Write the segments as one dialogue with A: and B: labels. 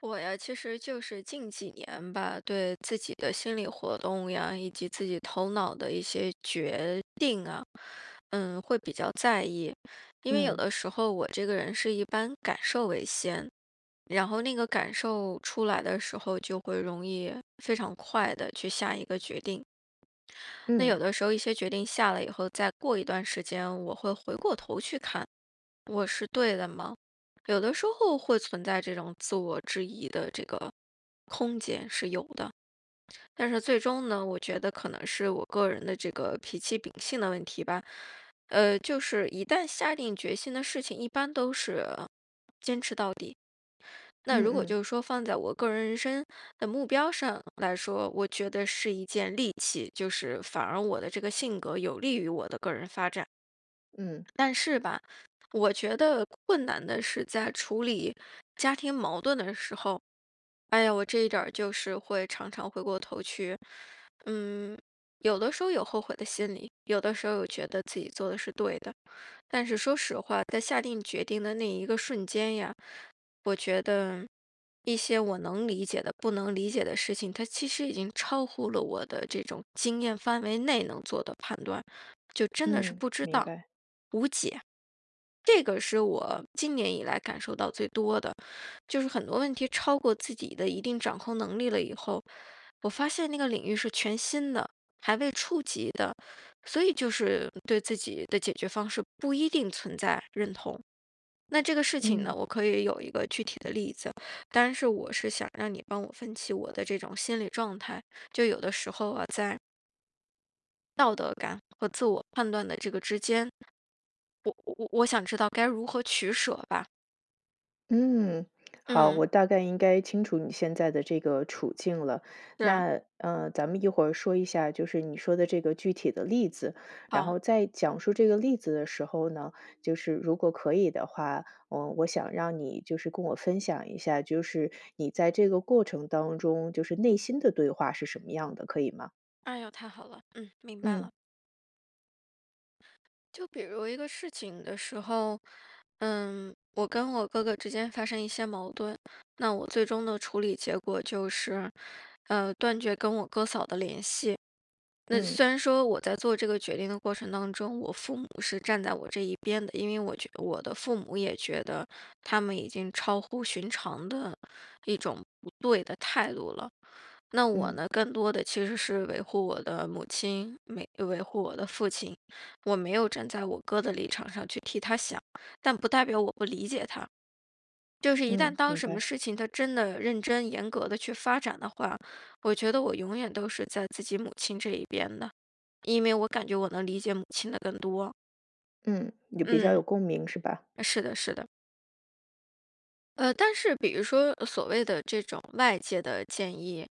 A: 我呀，其实就是近几年吧，对自己的心理活动呀，以及自己头脑的一些决定啊，会比较在意。因为有
B: 嗯
A: 的时候我这个人是一般感受为先，然后那个感受出来的时候，就会容易非常快的去下一个决定。那
B: 嗯
A: 有的时候一些决定下了以后，再过一段时间，我会回过头去看，我是对的吗？有的时候会存在这种自我质疑的这个空间是有的，但是最终呢，我觉得可能是我个人的这个脾气秉性的问题吧。就是一旦下定决心的事情，一般都是坚持到底。那
B: 嗯
A: 如果
B: 嗯
A: 就是说放在我个人人生的目标上来说，我觉得是一件利器，就是反而我的这个性格有利于我的个人发展。
B: 嗯
A: 但是吧，我觉得困难的是在处理家庭矛盾的时候，哎呀，我这一点儿就是会常常回过头去，嗯，有的时候有后悔的心理，有的时候有觉得自己做的是对的。但是说实话，在下定决定的那一个瞬间呀，我觉得一些我能理解的、不能理解的事情，它其实已经超乎了我的这种经验范围内能做的判断，就真的是
B: 嗯，
A: 不知
B: 明
A: 道、
B: 白。
A: 无解。这个是我今年以来感受到最多的，就是很多问题超过自己的一定掌控能力了以后，我发现那个领域是全新的，还未触及的，所以就是对自己的解决方式不一定存在认同。那这个事情呢，
B: 嗯
A: 我可以有一个具体的例子，当然是我是想让你帮我分析我的这种心理状态。就有的时候啊，在道德感和自我判断的这个之间，我想知道该如何取舍吧。
B: 嗯，好，
A: 嗯，
B: 我大概应该清楚你现在的这个处境了。
A: 是，
B: 那咱们一会儿说一下，就是你说的这个具体的例子。然
A: 好，
B: 后在讲述这个例子的时候呢，就是如果可以的话，我想让你就是跟我分享一下，就是你在这个过程当中，就是内心的对话是什么样的，可以吗？
A: 哎呦，太好了，嗯，明白
B: 嗯
A: 了。就比如一个事情的时候，我跟我哥哥之间发生一些矛盾，那我最终的处理结果就是，断绝跟我哥嫂的联系。那
B: 嗯
A: 虽然说我在做这个决定的过程当中，我父母是站在我这一边的，因为我觉我的父母也觉得他们已经超乎寻常的一种不对的态度了。那我
B: 嗯
A: 呢，更多的其实是维护我的母亲，没维护我的父亲，我没有站在我哥的立场上去替他想，但不代表我不理解他。就是一旦
B: 嗯，
A: 当
B: 明
A: 什么
B: 白。
A: 事情他真的认真严格的去发展的话，我觉得我永远都是在自己母亲这一边的。因为我感觉我能理解母亲的更多。
B: 嗯，有比较
A: 嗯，
B: 有共鸣是吧？
A: 是的，是的。但是比如说所谓的这种外界的建议，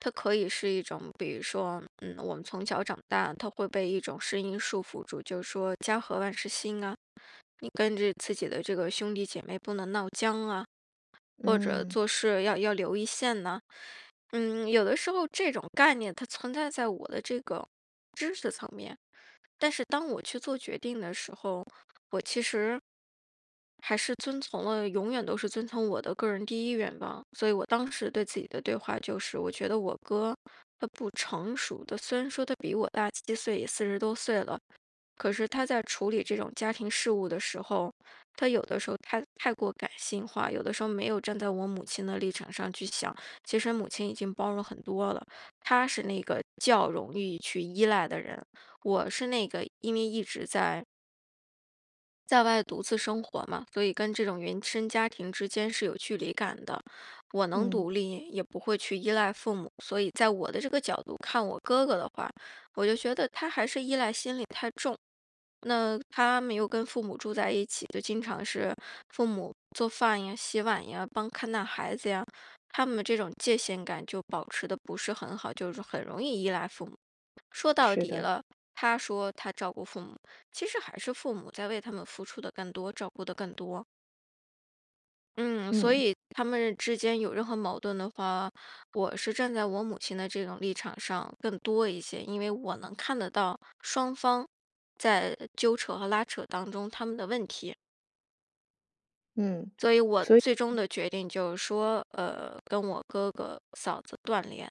A: 它可以是一种，比如说，我们从小长大，它会被一种声音束缚住，就是说"家和万事兴"啊，你跟着自己的这个兄弟姐妹不能闹僵啊，或者
B: 嗯
A: 做事要留一线呐、有的时候这种概念它存在在我的这个，但是当我去做决定的时候，我其实还是遵从了永远都是遵从我的个人第一愿望。所以我当时对自己的对话就是，我觉得我哥他不成熟的，虽然说他比我大7岁，也40多岁了，可是他在处理这种家庭事务的时候，他有的时候太过感性化，有的时候没有站在我母亲的立场上去想。其实母亲已经包容很多了，他是那个较容易去依赖的人，我是那个，因为一直在外独自生活嘛，所以跟这种原生家庭之间是有距离感的。我能
B: 嗯，
A: 独立，也不会去依赖父母，所以在我的这个角度看我哥哥的话，我就觉得他还是依赖心理太重。那他没有跟父母住在一起，就经常是父母做饭呀、洗碗呀、帮看大孩子呀，他们这种界限感就保持的不是很好，就是很容易依赖父母。说到
B: 是
A: 底
B: 的。
A: 了，他说他照顾父母，其实还是父母在为他们付出的更多，照顾的更多。嗯，所
B: 嗯
A: 以他们之间有任何矛盾的话，我是站在我母亲的这种立场上更多一些，因为我能看得到双方在纠扯和拉扯当中他们的问题，
B: 嗯，
A: 所以我
B: 所以
A: 最终的决定就是说，跟我哥哥嫂子断联。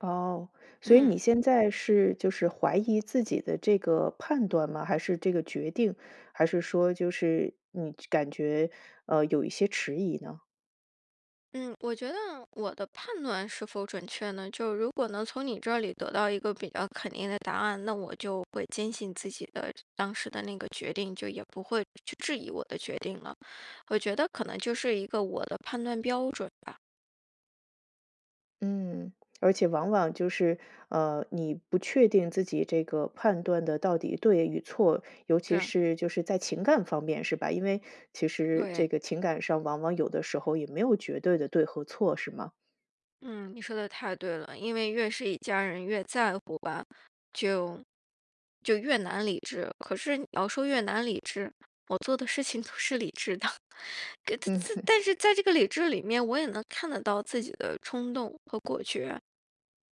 B: 哦，所以你 现在是就是怀疑自己的这个判断吗？还是这个决定？还是说就是你感觉有一些迟疑呢？
A: 嗯，我觉得我的判断是否准确呢？就如果能从你这里得到一个比较肯定的答案，那我就会坚信自己的当时的那个决定，就也不会去质疑我的决定了。我觉得可能就是一个我的判断标准吧。
B: 嗯，而且往往就是你不确定自己这个判断的到底对与错，尤其
A: 是，
B: 是就是在情感方面是吧？因为其实
A: 对。
B: 这个情感上往往有的时候也没有绝对的对和错，是吗？
A: 嗯，你说的太对了，因为越是一家人越在乎吧，就就越难理智。可是你要说越难理智，我做的事情都是理智的，可他自
B: 嗯。
A: 但是在这个理智里面，我也能看得到自己的冲动和果决。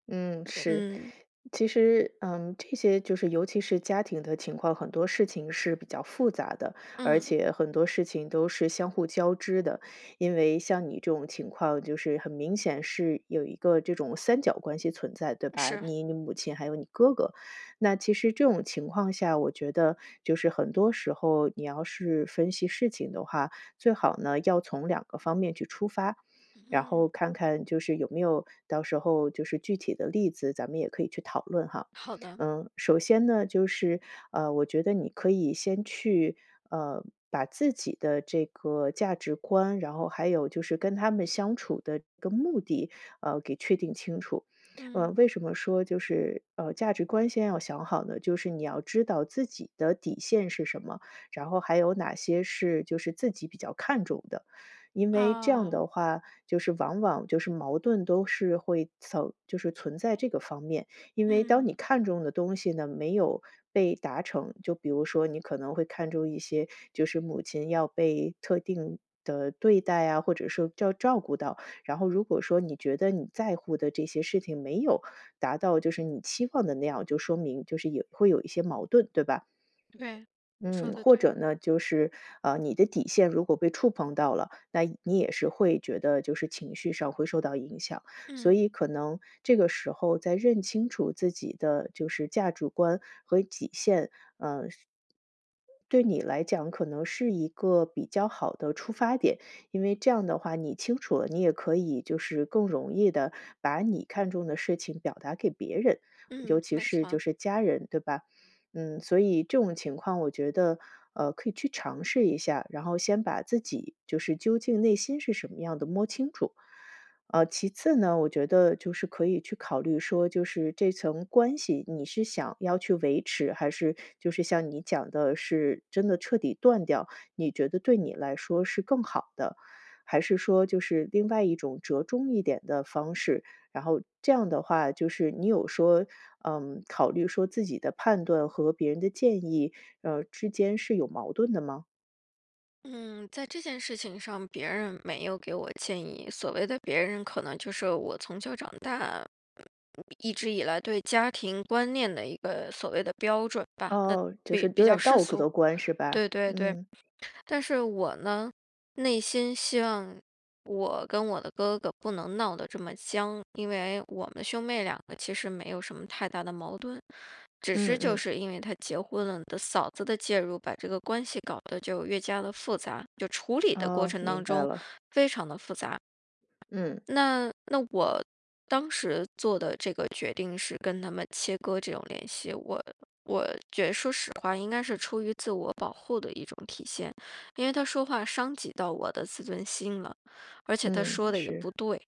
B: 嗯，对是。
A: 嗯
B: 其实，嗯，这些就是尤其是家庭的情况，很多事情是比较复杂的，而
A: 嗯，
B: 且很多事情都是相互交织的。因为像你这种情况，就是很明显是有一个这种三角关系存在，对吧？
A: 是，
B: 你、你母亲还有你哥哥。那其实这种情况下，我觉得就是很多时候你要是分析事情的话，最好呢要从两个方面去出发。然后
A: 嗯，
B: 看看就是有没有到时候就是具体的例子，咱们也可以去讨论哈。
A: 好的，
B: 嗯，首先呢，就是我觉得你可以先去呃，把自己的这个价值观，然后还有就是跟他们相处的一个目的，给确定清楚。为
A: 嗯
B: 什么说就是价值观先要想好呢？就是你要知道自己的底线是什么，然后还有哪些是就是自己比较看重的，因为这样
A: 啊，
B: 的话，就是往往就是矛盾都是会存就是存在这个方面。因为当你
A: 嗯，
B: 看中的东西呢，没有被达成，就比如说你可能会看中一些，就是母亲要被特定的对待啊，或者是要照顾到。然后如果说你觉得你在乎的这些事情没有达到，就是你期望的那样，就说明就是也会有一些矛盾，对吧？
A: 对，说
B: 嗯，
A: 的
B: 或
A: 对，
B: 者呢，就是你的底线如果被触碰到了，那你也是会觉得就是情绪上会受到影响，所
A: 嗯
B: 以可能这个时候在认清楚自己的就是价值观和底线，对你来讲可能是一个比较好的出发点，因为这样的话你清楚了，你也可以就是更容易的把你看重的事情表达给别人，尤
A: 嗯，
B: 其
A: 没
B: 是就
A: 错。
B: 是家人，对吧？嗯，所以这种情况我觉得，可以去尝试一下，然后先把自己就是究竟内心是什么样的摸清楚。其次呢，我觉得就是可以去考虑说，就是这层关系，你是想要去维持，还是就是像你讲的，是真的彻底断掉？你觉得对你来说是更好的，还是说就是另外一种折中一点的方式？然后这样的话，就是你有说，嗯，考虑说自己的判断和别人的建议，之间是有矛盾的吗？
A: 嗯，在这件事情上，别人没有给我建议。所谓的别人，可能就是我从小长大一直以来对家庭观念的一个所谓的标准吧，那
B: 哦，就是
A: 比
B: 有
A: 较
B: 点
A: 世
B: 道
A: 俗。
B: 德观是吧？
A: 对对对。
B: 嗯
A: 但是我呢，内心希望我跟我的哥哥不能闹得这么僵，因为我们兄妹两个其实没有什么太大的矛盾，只是
B: 嗯
A: 就
B: 嗯，
A: 是因为他结婚了的嫂子的介入，把这个关系搞得就越加的复杂，就处理的过
B: 哦，
A: 程
B: 明
A: 当
B: 白
A: 中
B: 了。
A: 非常的复杂。
B: 嗯
A: 那我当时做的这个决定是跟他们切割这种联系，我觉得说实话，应该是出于自我保护的一种体现，因为他说话伤及到我的自尊心了，而且他
B: 嗯，
A: 说
B: 嗯
A: 的也
B: 是。
A: 不对，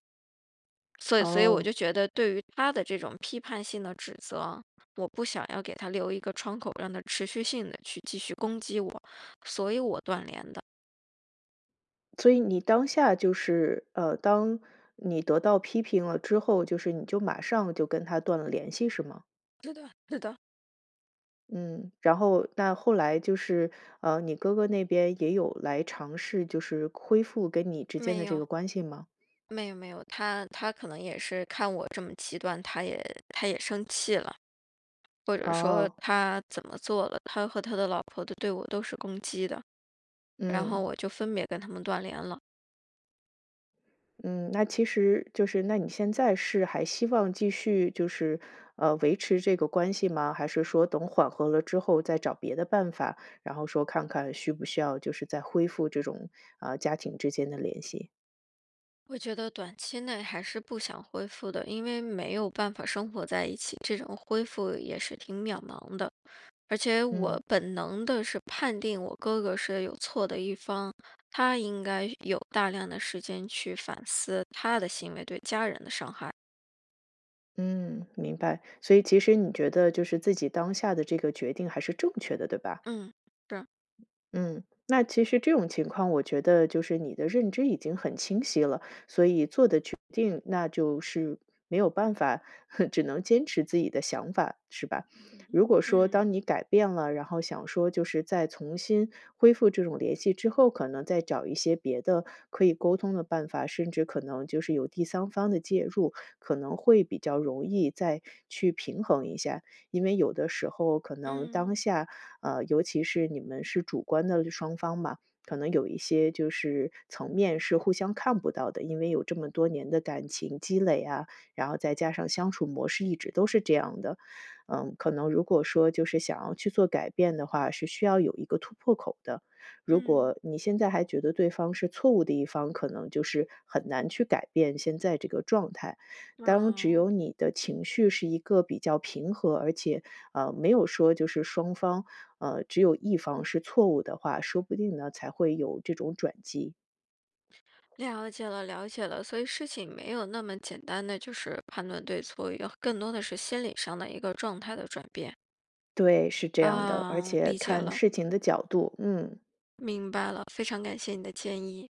A: 所以我就
B: 哦，
A: 觉得对于他的这种批判性的指责，我不想要给他留一个窗口，让他持续性的去继续攻击我，所以我断联的。
B: 所以你当下就是，当你得到批评了之后，就是你就马上就跟他断了联系是吗？
A: 是的，
B: 嗯，然后那后来就是，你哥哥那边也有来尝试就是恢复跟你之间
A: 没
B: 的这
A: 有。
B: 个关系吗？
A: 没有没有，他可能也是看我这么极端，他也生气了，或者说
B: 哦，
A: 他怎么做了，他和他的老婆都对我都是攻击的，然后
B: 嗯。
A: 我就分别跟他们断联了。
B: 嗯，那其实就是那你现在是还希望继续就是维持这个关系吗？还是说等缓和了之后再找别的办法，然后说看看需不需要就是再恢复这种家庭之间的联系？
A: 我觉得短期内还是不想恢复的，因为没有办法生活在一起，这种恢复也是挺渺茫的。而且
B: 嗯
A: 我本能的是判定我哥哥是有错的一方，他应该有大量的时间去反思他的行为对家人的伤害。
B: 嗯，明白。所以其实你觉得就是自己当下的这个决定还是正确的，对吧？
A: 嗯，是。
B: 嗯，那其实这种情况，我觉得就是你的认知已经很清晰了，所以做的决定那就是没有办法，只能坚持自己的想法，是吧？
A: 嗯
B: 如果说当
A: 嗯
B: 你改变了，然后想说就是再重新恢复这种联系之后，可能再找一些别的可以沟通的办法，甚至可能就是有第三方的介入，可能会比较容易再去平衡一下。因为有的时候可能当
A: 嗯
B: 下尤其是你们是主观的双方嘛，可能有一些就是层面是互相看不到的，因为有这么多年的感情积累啊，然后再加上相处模式一直都是这样的，嗯，可能如果说就是想要去做改变的话，是需要有一个突破口的。如
A: 嗯，
B: 果你现在还觉得对方是错误的一方，可能就是很难去改变现在这个状态。当只
A: 哦，
B: 有你的情绪是一个比较平和，而且没有说就是双方只有一方是错误的话，说不定呢才会有这种转机。
A: 了解了，了解了。所以事情没有那么简单的，就是判断对错，有更多的是心理上的一个状态的转变。
B: 对，是这样的，而
A: 啊，
B: 且
A: 理解
B: 看
A: 了，
B: 事情的角度，嗯。
A: 明白了，非常感谢你的建议。